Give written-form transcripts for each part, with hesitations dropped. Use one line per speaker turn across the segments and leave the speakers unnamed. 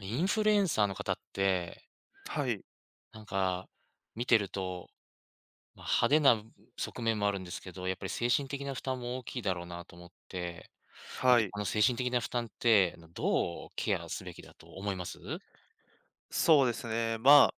インフルエンサーの方って、
はい、
なんか見てると、派手な側面もあるんですけど、やっぱり精神的な負担も大きいだろうなと思って、
はい。
精神的な負担って、どうケアすべきだと思います？
そうですね。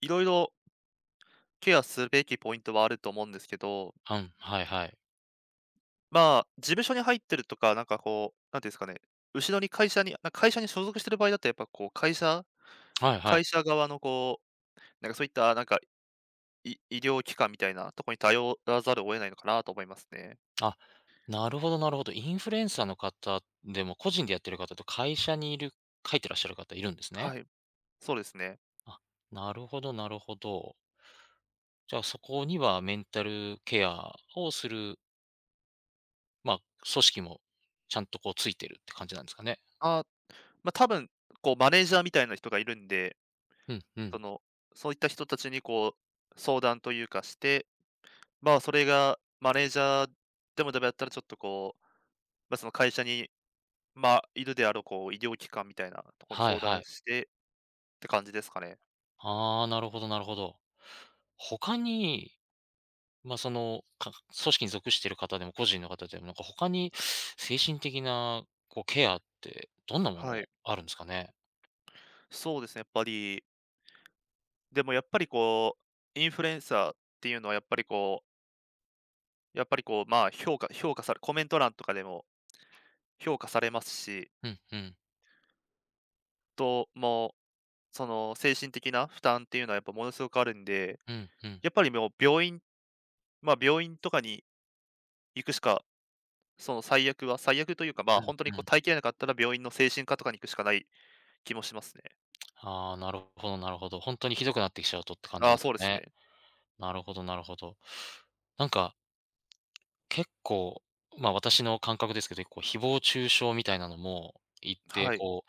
いろいろケアすべきポイントはあると思うんですけど、
うん、はいはい。
事務所に入ってるとか、なんかこう、なんていうんですかね、後ろに会社に、会社に所属してる場合だと、やっぱこう、会社
はいは
会
い。
社側のこう、なんかそういった、なんか、医療機関みたいなとこに頼らざるを得ないのかなと思いますね。
あ、なるほどなるほど。インフルエンサーの方でも個人でやってる方と会社にいる書いてらっしゃる方いるんですね。
はい、そうですね。
あ、なるほどなるほど。じゃあそこにはメンタルケアをするまあ、組織もちゃんとこうついてるって感じなんですかね。
あ、多分、こう、マネージャーみたいな人がいるんで、
うんう
そ
ん。
の、そういった人たちにこう、相談というかして、それがマネージャーでもダメだったら、ちょっとこう、まあ、その会社に、いるであろう、こう、医療機関みたいなところに
はい
相
は
談
い。
してって感じですかね。
ああ、なるほどなるほど。他に、ま、その、か組織に属している方でも個人の方でも、他に精神的なこうケアってどんなもの
はい。
あるんですかね？
そうですね、やっぱり、でもやっぱりこう、インフルエンサーっていうのはやっぱりこう、やっぱりこう、評価されコメント欄とかでも評価されますし、
うんうん。
と、もう、その精神的な負担っていうのはやっぱものすごくあるんで、
うんうん。
やっぱりもう病院、病院とかに行くしか、最悪というか、
うん
本当
う
にこう
ん。
耐えきれなかったら病院の精神科とかに行くしかない気もしますね。
ああ、なるほどなるほど。本当にひどくなってきちゃうとって感じ
あ
で
あ、
す
そう
か
です
ね。
ね。
なるほどなるほど。なんか結構、私の感覚ですけど、こう誹謗中傷みたいなのも、一定
はい。
こ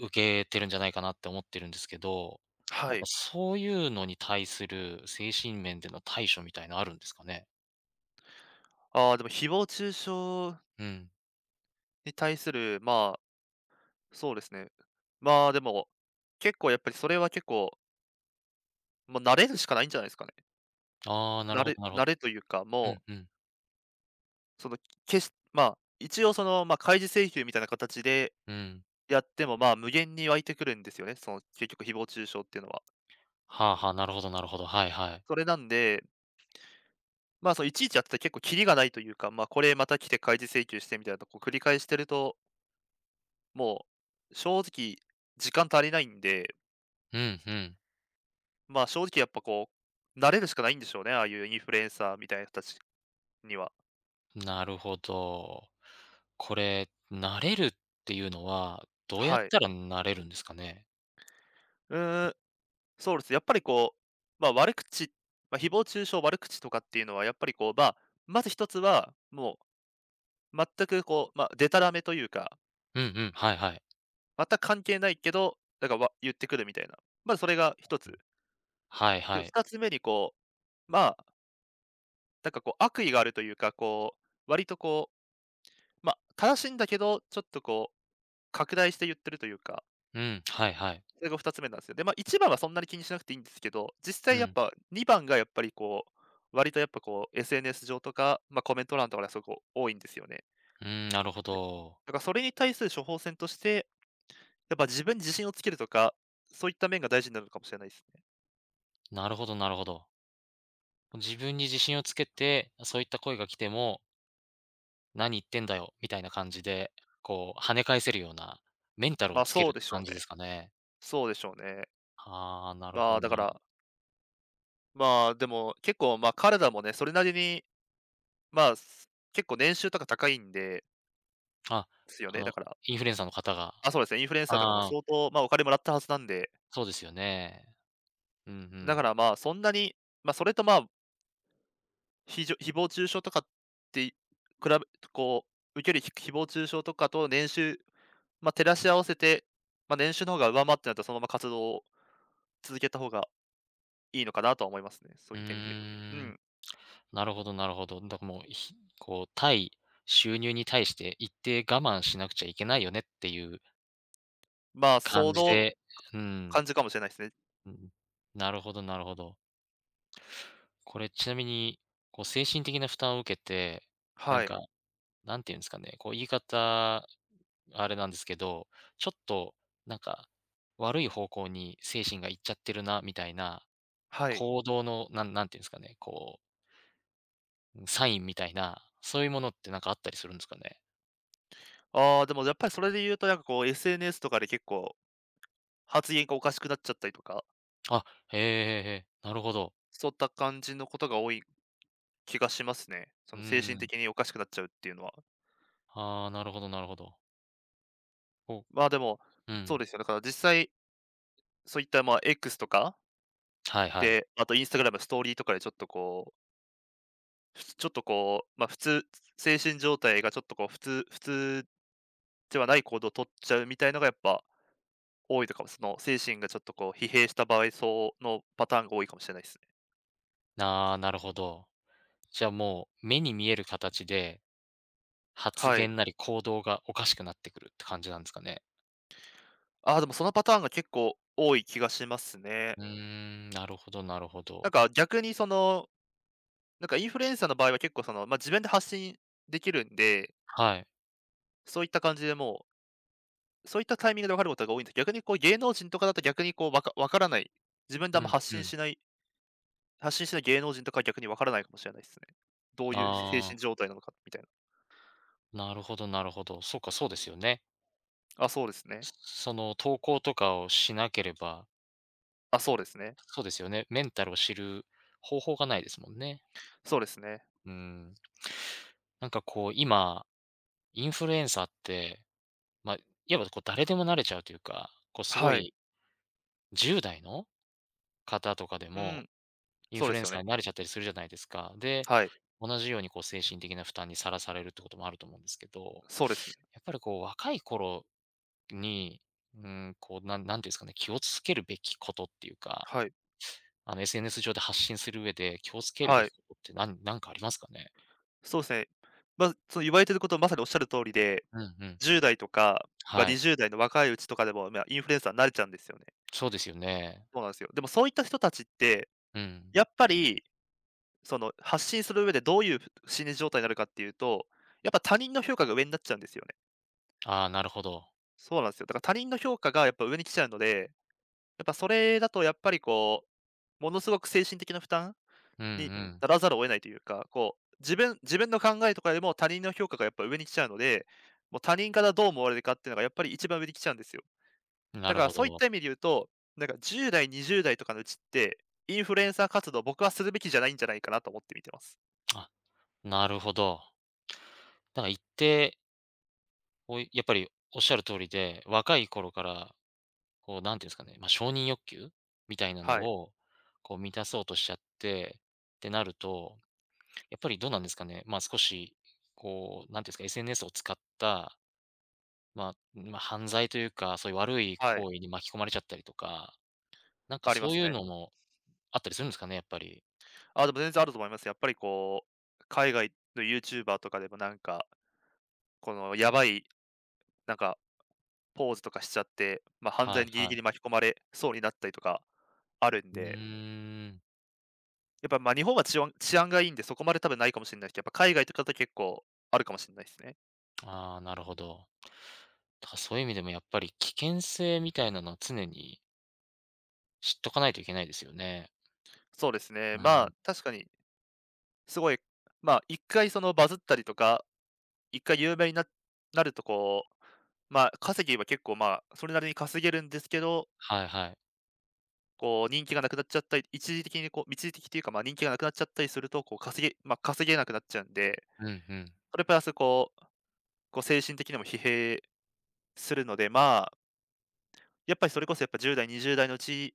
う、受けてるんじゃないかなって思ってるんですけど、
はい。
そういうのに対する精神面での対処みたいなあるんですかね？
ああ、でも誹謗中傷
うん。
に対する、そうですね。まあ、でも、結構やっぱりそれは結構、もう慣れるしかないんじゃないですかね。
ああ、な
慣
るほ
れ
どなるほ
慣
ど。
れというか、
う
も
ん
う、
うん、
その、一応その、開示請求みたいな形で
うん。
やっても、無限に湧いてくるんですよね、その結局誹謗中傷っていうのは。
はあはあ、なるほどなるほど。はいはい。
それなんで、いちいちやってて結構キリがないというか、これまた来て開示請求してみたいなとこ繰り返してると、もう正直時間足りないんで、
うんうん。
正直やっぱこう、慣れるしかないんでしょうね、ああいうインフルエンサーみたいな人たちには。
なるほど。これ、慣れるっていうのは、どうやっ
はい。
たら慣れるんですかね？
うーん、そうですね、やっぱりこう、まあ、悪口、まあ、誹謗中傷、悪口とかっていうのはやっぱりこう、まず一つは、もう全くこう、でたらめというか、
うんうん、はいはい。
全く関係ないけど、なんか言ってくるみたいな。まずそれが一つ。
はい
で、
はい。
二つ目にこう、まあなんかこう悪意があるというか、こう、割とこう、正しいんだけど、ちょっとこう拡大して言ってるというか、
うん、はいはい。
それが2つ目なんですよ。で、1番はそんなに気にしなくていいんですけど、実
う
際やっ
ん。
ぱ2番がやっぱりこう、割とやっぱこう、 SNS 上とか、コメント欄とかですごく多いんですよね。
うーん、なるほど。
だからそれに対する処方箋として、やっぱ自分に自信をつけるとか、そういった面が大事になるのかもしれないですね。
なるほどなるほど。自分に自信をつけて、そういった声が来ても、「何言ってんだよ」みたいな感じで、こう跳ね返せるようなメンタルを
ま、
つけ
そ
る
う
っ
で
て
しょう
感
ね。
じですかね。
そうでしょうね。
ああ、なるほ
まあ、
ど
だか
なるほ
ら、
ど。
まあ、でも結構、彼らもね、それなりに、結構年収とか高いんで
あ、
すよ
あ
ね。だ
の、
から、
インフルエンサーの方が。
あ、そうですね、インフルエンサーとかも
ああ、
相当、お金もらったはずなんで、
そうですよね。うんう
だか
ん。
らまあ、そんなに、まあ、それとまあ、ひじょ誹謗中傷とかってい比べこう、受ける誹謗中傷とかと年収、照らし合わせて、年収の方が上回ってなったら、そのまま活動を続けた方がいいのかなとは思いますね。そう
う
い
ー
った意味で言うと。う
ん、
ん。
なるほどなるほど。だからもう、ひこう対収入に対して一定我慢しなくちゃいけないよねっていう
そ
感じ
の
で、うん。
感じかもしれないですね。
うん。なるほどなるほど。これちなみに、こう精神的な負担を受けて、な
は
ん
い、
か、なんていうんですかね、こう言い方、あれなんですけど、ちょっとなんか、悪い方向に精神がいっちゃってるなみたいな、
はい。
行動の、なんなんていうんですかね、こう、サインみたいな、そういうものってなんかあったりするんですかね？
ああ、でもやっぱりそれで言うと、なんかこう SNS とかで結構発言がおかしくなっちゃったりとか、
あ、へえへえへえ、なるほど。
そういった感じのことが多い気がしますね。そ
う
の精
ー
神
ん。
的におかしくなっちゃうっていうのは。
ああ、なるほどなるほど。お、
まあ、でも、
う
そう
ん。
ですよ、だから実際、そういった、X とか
はいはい。
で、あとインスタグラムストーリーとかでちょっとこう、ちょっとこう、精神状態がちょっとこう普通ではない行動を取っちゃうみたいのがやっぱ多いとかも、その精神がちょっとこう疲弊した場合、そうのパターンが多いかもしれないですね。
ああ、なるほど。じゃあもう、目に見える形で発
はい。
言なり行動がおかしくなってくるって感じなんですかね？
ああ、でもそのパターンが結構多い気がしますね。
うーん、なるほどなるほど。
逆にその、インフルエンサーの場合は結構その、自分で発信できるんで、
はい。
そういった感じでそういったタイミングで分かることが多いんです、逆にこう芸能人とかだと逆にこう分からない、自分で
う
あんま
んうん。
発信しない芸能人とかは逆に分からないかもしれないですね。どういう精
あ
神
あ、
状態なのかみたいな。
なるほどなるほど。そうか、そうですよね。
あ、そうですね。
その投稿とかをしなければ、
あ、そうですね。
そうですよね、メンタルを知る方法がないですもんね。
そうですね。
うーん。こう今、インフルエンサーって、まあ、いわばこう誰でもなれちゃうというか、こうすご
はい。
い10代の方とかで
う
も
ん、
イン
そう
フ
で
ルエ
す
ン
よね。
サーになれちゃったりするじゃないですか。で、
はい、
同じようにこう精神的な負担にさらされるってこともあると思うんですけど、
そうですね。
やっぱりこう若い頃に、うん、こう、なんなんていうんですかね、気をつけるべきことっていうか、
はい、
あの SNS 上で発信する上で気をつけるべ
は
き
い。
ことってなんなんかありますかね？
そうですね。その言われてることはまさにおっしゃる通りで、
うんうん。
10代とか、
はい。
20代の若いうちとかでも、インフルエンサーになれちゃうんですよね。
そうですよね。
そうなんですよ。でもそういった人たちって、
うん。
やっぱり、その、発信する上でどういう心理状態になるかっていうと、やっぱ他人の評価が上になっちゃうんですよね。
ああ、なるほど。
そうなんですよ。だから他人の評価がやっぱ上に来ちゃうので、やっぱそれだとやっぱりこう、ものすごく精神的な負担
う
に
ん
ならざるを得ないというか、こう、自分の考えとかよりも他人の評価がやっぱ上に来ちゃうので、もう他人からどう思われるかっていうのがやっぱり一番上に来ちゃうんですよ。
うん。な
だ
る
から
ほ
そういっ
ど。
た意味で言うと、なんか10代、20代とかのうちって、インフルエンサー活動、僕はするべきじゃないんじゃないかなと思って見てます。
あ、なるほど。だから一定、やっぱりおっしゃる通りで、若い頃からこう、なんていうんですかね、承認欲求みたいなの
はい、
を、こう満たそうとしちゃってってなると、やっぱりどうなんですかね、少し、こう、なんていうんですか、SNS を使った、まあ、まあ、犯罪というか、そういう悪い
はい、
行為に巻き込まれちゃったりとか、
ありま
そう
す
いう
ね。
のもあったりするんですかね、やっぱり。
あ、でも全然あると思います。やっぱりこう、海外のユーチューバーとかでもなんか、このやばい、なんかポーズとかしちゃって、犯罪
はい
にギリギ
はい。
リ巻き込まれそうになったりとかあるん
う
で、
ーん、
やっぱ、日本は治安がいいんで、そこまで多分ないかもしれないですけど、やっぱ海外とかだと結構あるかもしれないですね。
ああ、なるほど。だからそういう意味でもやっぱり危険性みたいなのは常に知っとかないといけないですよね。
そうですね、
う
まあ、
ん、
確かにすごい、まあ、一回そのバズったりとか、一回有名なるとこう、まあ、稼ぎは結構、まあ、それなりに稼げるんですけど、
はいはい。
こう人気がなくなっちゃったり、一時的というか、まあ、人気がなくなっちゃったりすると、こうまあ、稼げなくなっちゃうんで、
うんうん。
それプラスこう精神的にも疲弊するので、まあ、やっぱりそれこそやっぱ10代、20代のうち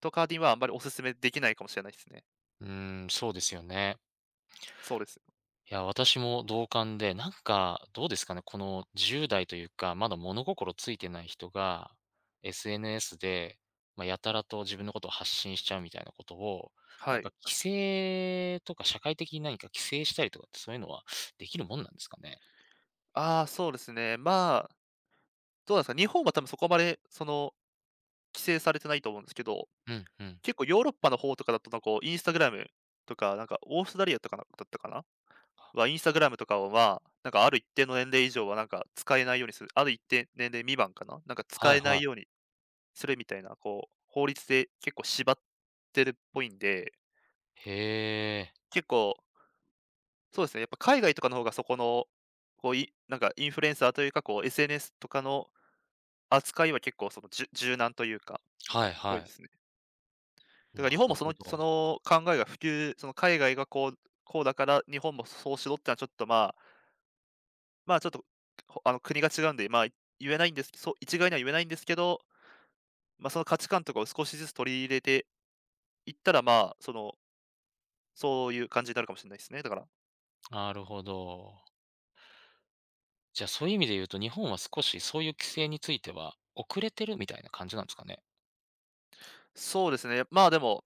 とかにはあんまりおすすめできないかもしれないですね。
うーん、そうですよね。
そうです。
いや、私も同感で、どうですかね、この10代というか、まだ物心ついてない人が、SNS で、やたらと自分のことを発信しちゃうみたいなことを、
はい。
規制とか社会的に何か規制したりとかってそういうのはできるもんなんですかね？
ああ、そうですね。まあ、どうなんですか、日本は多分そこまでその規制されてないと思うんですけど、
うんうん。
結構ヨーロッパの方とかだと、なんかこうインスタグラムとか、なんかオーストラリアとかなだったかなは、インスタグラムとかは、なんかある一定の年齢以上はなんか使えないようにする、ある一定年齢未満かななんか使
はい
えな
は
いよう
い。
にするみたいな、こう、法律で結構縛ってるっぽいんで、
へえ。
結構、そうですね、やっぱ海外とかの方がそこの、こうい、なんかインフルエンサーというか、こう SNS とかの扱いは結構その柔軟というか、
はい
ぽ
は
いで
い。
すね。だから日
な
本も
る
そ
ほ
のそ
ど。
の考えが普及、その海外がこうだから日本もそうしろってのはちょっとまあ、まあちょっと、あの国が違うんで、まあ言えないんですそう、一概には言えないんですけど、まあその価値観とかを少しずつ取り入れていったら、まあ、その、そういう感じになるかもしれないですね。だから、
なるほど。じゃあ、そういう意味で言うと、日本は少しそういう規制については遅れてるみたいな感じなんですかね？
そうですね、まあでも、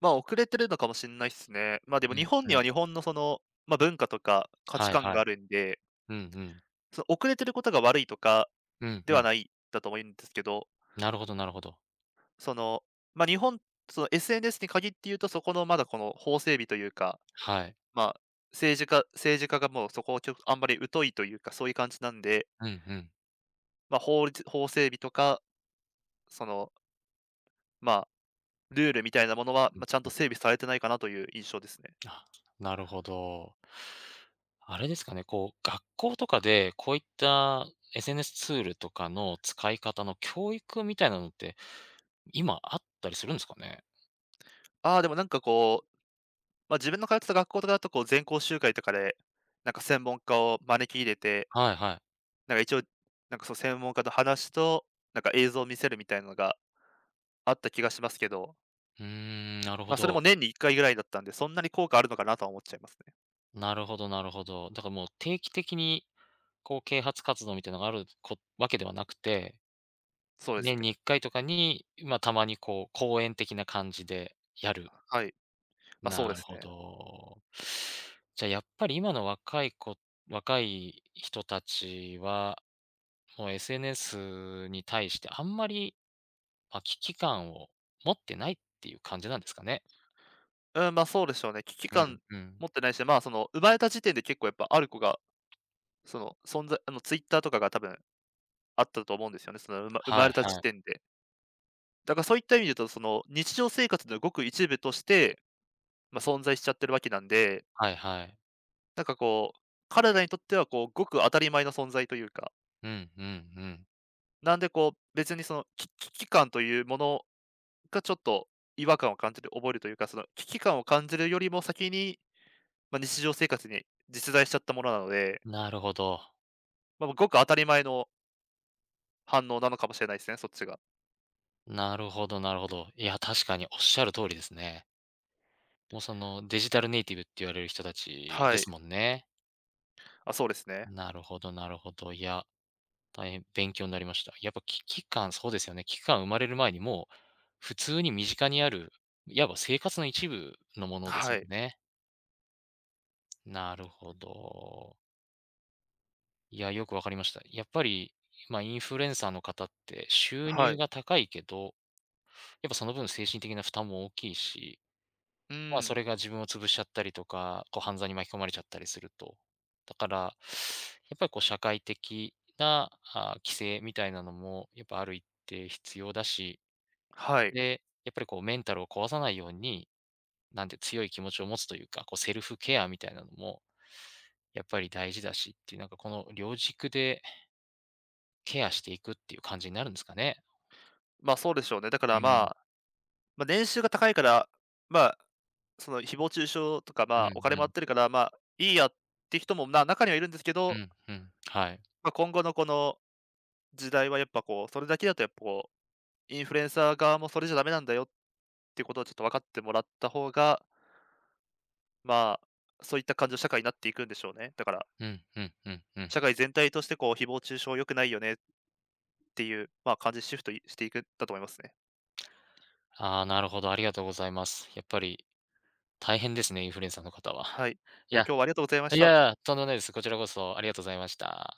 まあ遅れてるのかもしれないですね。まあでも
う
日
ん、
本に
うん。
は日本のその、まあ文化とか価値
はい
観
は
が
い。
あるんで、
うんうん。
その遅れてることが悪いとか
うん
で
う
は
ん。
ないだと思うんですけど、
なるほどなるほど。
その、まあ、日本、その SNS に限って言うと、そこのまだこの法整備というか、
はい。
まあ、政治家がもうそこをあんまり疎いというか、そういう感じなんで、
うんうん。
まあ、法整備とか、その、まあ、ルールみたいなものは、
う
ま
ん
あ、ちゃん
う
と
ん。
整備されてないかなという印象ですね。
あ、なるほど。あれですかね、こう、学校とかで、こういった SNS ツールとかの使い方の教育みたいなのって、今あったりするんですかね？
ああ、でもなんかこう、まあ、自分の通ってた学校とかだとこう全校集会とかで、なんか専門家を招き入れて
はいはい。
なんか一応、なんかそう専門家と話と、なんか映像を見せるみたいなのがあった気がしますけど、
うーん、なるほ
ま、それも
ど。
年に1回ぐらいだったんで、そんなに効果あるのかなとは思っちゃいますね。
なるほどなるほど。だからもう定期的に、こう、啓発活動みたいなのがあるわけではなくて
そうです
年に
ね。
1回とかに、たまにこう、公演的な感じでやる。
はい。ま、そうで
なる
す
ほ
ね。
ど。じゃあ、やっぱり今の若い人たちは、もう SNS に対してあんまり、危機感を持ってないっていう感じなんですかね？
うん、ま、そうでしょうね。危機
う
感
んう
持
ん。
ってないし、まあ、その生まれた時点で結構やっぱある子が、その存在あのツイッターとかが多分あったと思うんですよね。その、ま生ま
はい
れた時
はい。
点で。だからそういった意味で言うと、その日常生活のごく一部として、まあ、存在しちゃってるわけなんで、
はいはい。
なんかこう、彼らにとってはこう、ごく当たり前の存在というか
うんうんうん。
なんでこう、別にその、危機感というものがちょっと違和感を感じる、覚えるというか、その危機感を感じるよりも先に、まあ、日常生活に実在しちゃったものなので、
なるほど。
まあ、ごく当たり前の反応なのかもしれないですね、そっちが。
なるほどなるほど。いや、確かにおっしゃる通りですね。もうそのデジタルネイティブって言われる人たち
は
で
い。
すもんね。
あ、そうですね。
なるほどなるほど。いや、大変勉強になりました。やっぱ危機感、そうですよね。危機感生まれる前にもう、普通に身近にある、いわば生活の一部のものです
は
もん
い。
ね。なるほど。いや、よくわかりました。やっぱり、インフルエンサーの方って収
は
入
い。
が高いけど、やっぱその分精神的な負担も大きいし
うん、
それが自分を潰しちゃったりとか、こう犯罪に巻き込まれちゃったりすると。だから、やっぱりこう社会的な、規制みたいなのもやっぱある一定必要だし、
はい。
で、やっぱりこうメンタルを壊さないように、なんて強い気持ちを持つというか、こうセルフケアみたいなのも、やっぱり大事だしっていう、なんかこの両軸でケアしていくっていう感じになるんですかね。
ま、あそうでしょうね。だか
う
ら、
ん、
まあ、まあ、年収が高いから、まあ、その誹謗中傷とか、
うん
ま
う
あ、お金もらっ
ん、
てるから、まあ、いいやって人も、中にはいるんですけ
う
ど、
んうん、はい。
まあ、今後のこの時代はやっぱこう、それだけだとやっぱこうインフルエンサー側もそれじゃダメなんだよっていうことをちょっと分かってもらった方が、まあ、そういった感情社会になっていくんでしょうね。だから、
うんうんうんうん。
社会全体としてこう誹謗中傷良くないよねっていう、まあ、感じにシフトいしていくんだと思いますね。
ああ、なるほど、ありがとうございます。やっぱり大変ですね、インフルエンサーの方は。
はい。い
い
や、
や、
今日はありがとうございまし
い
た。
や、とんでもないです。こちらこそありがとうございました。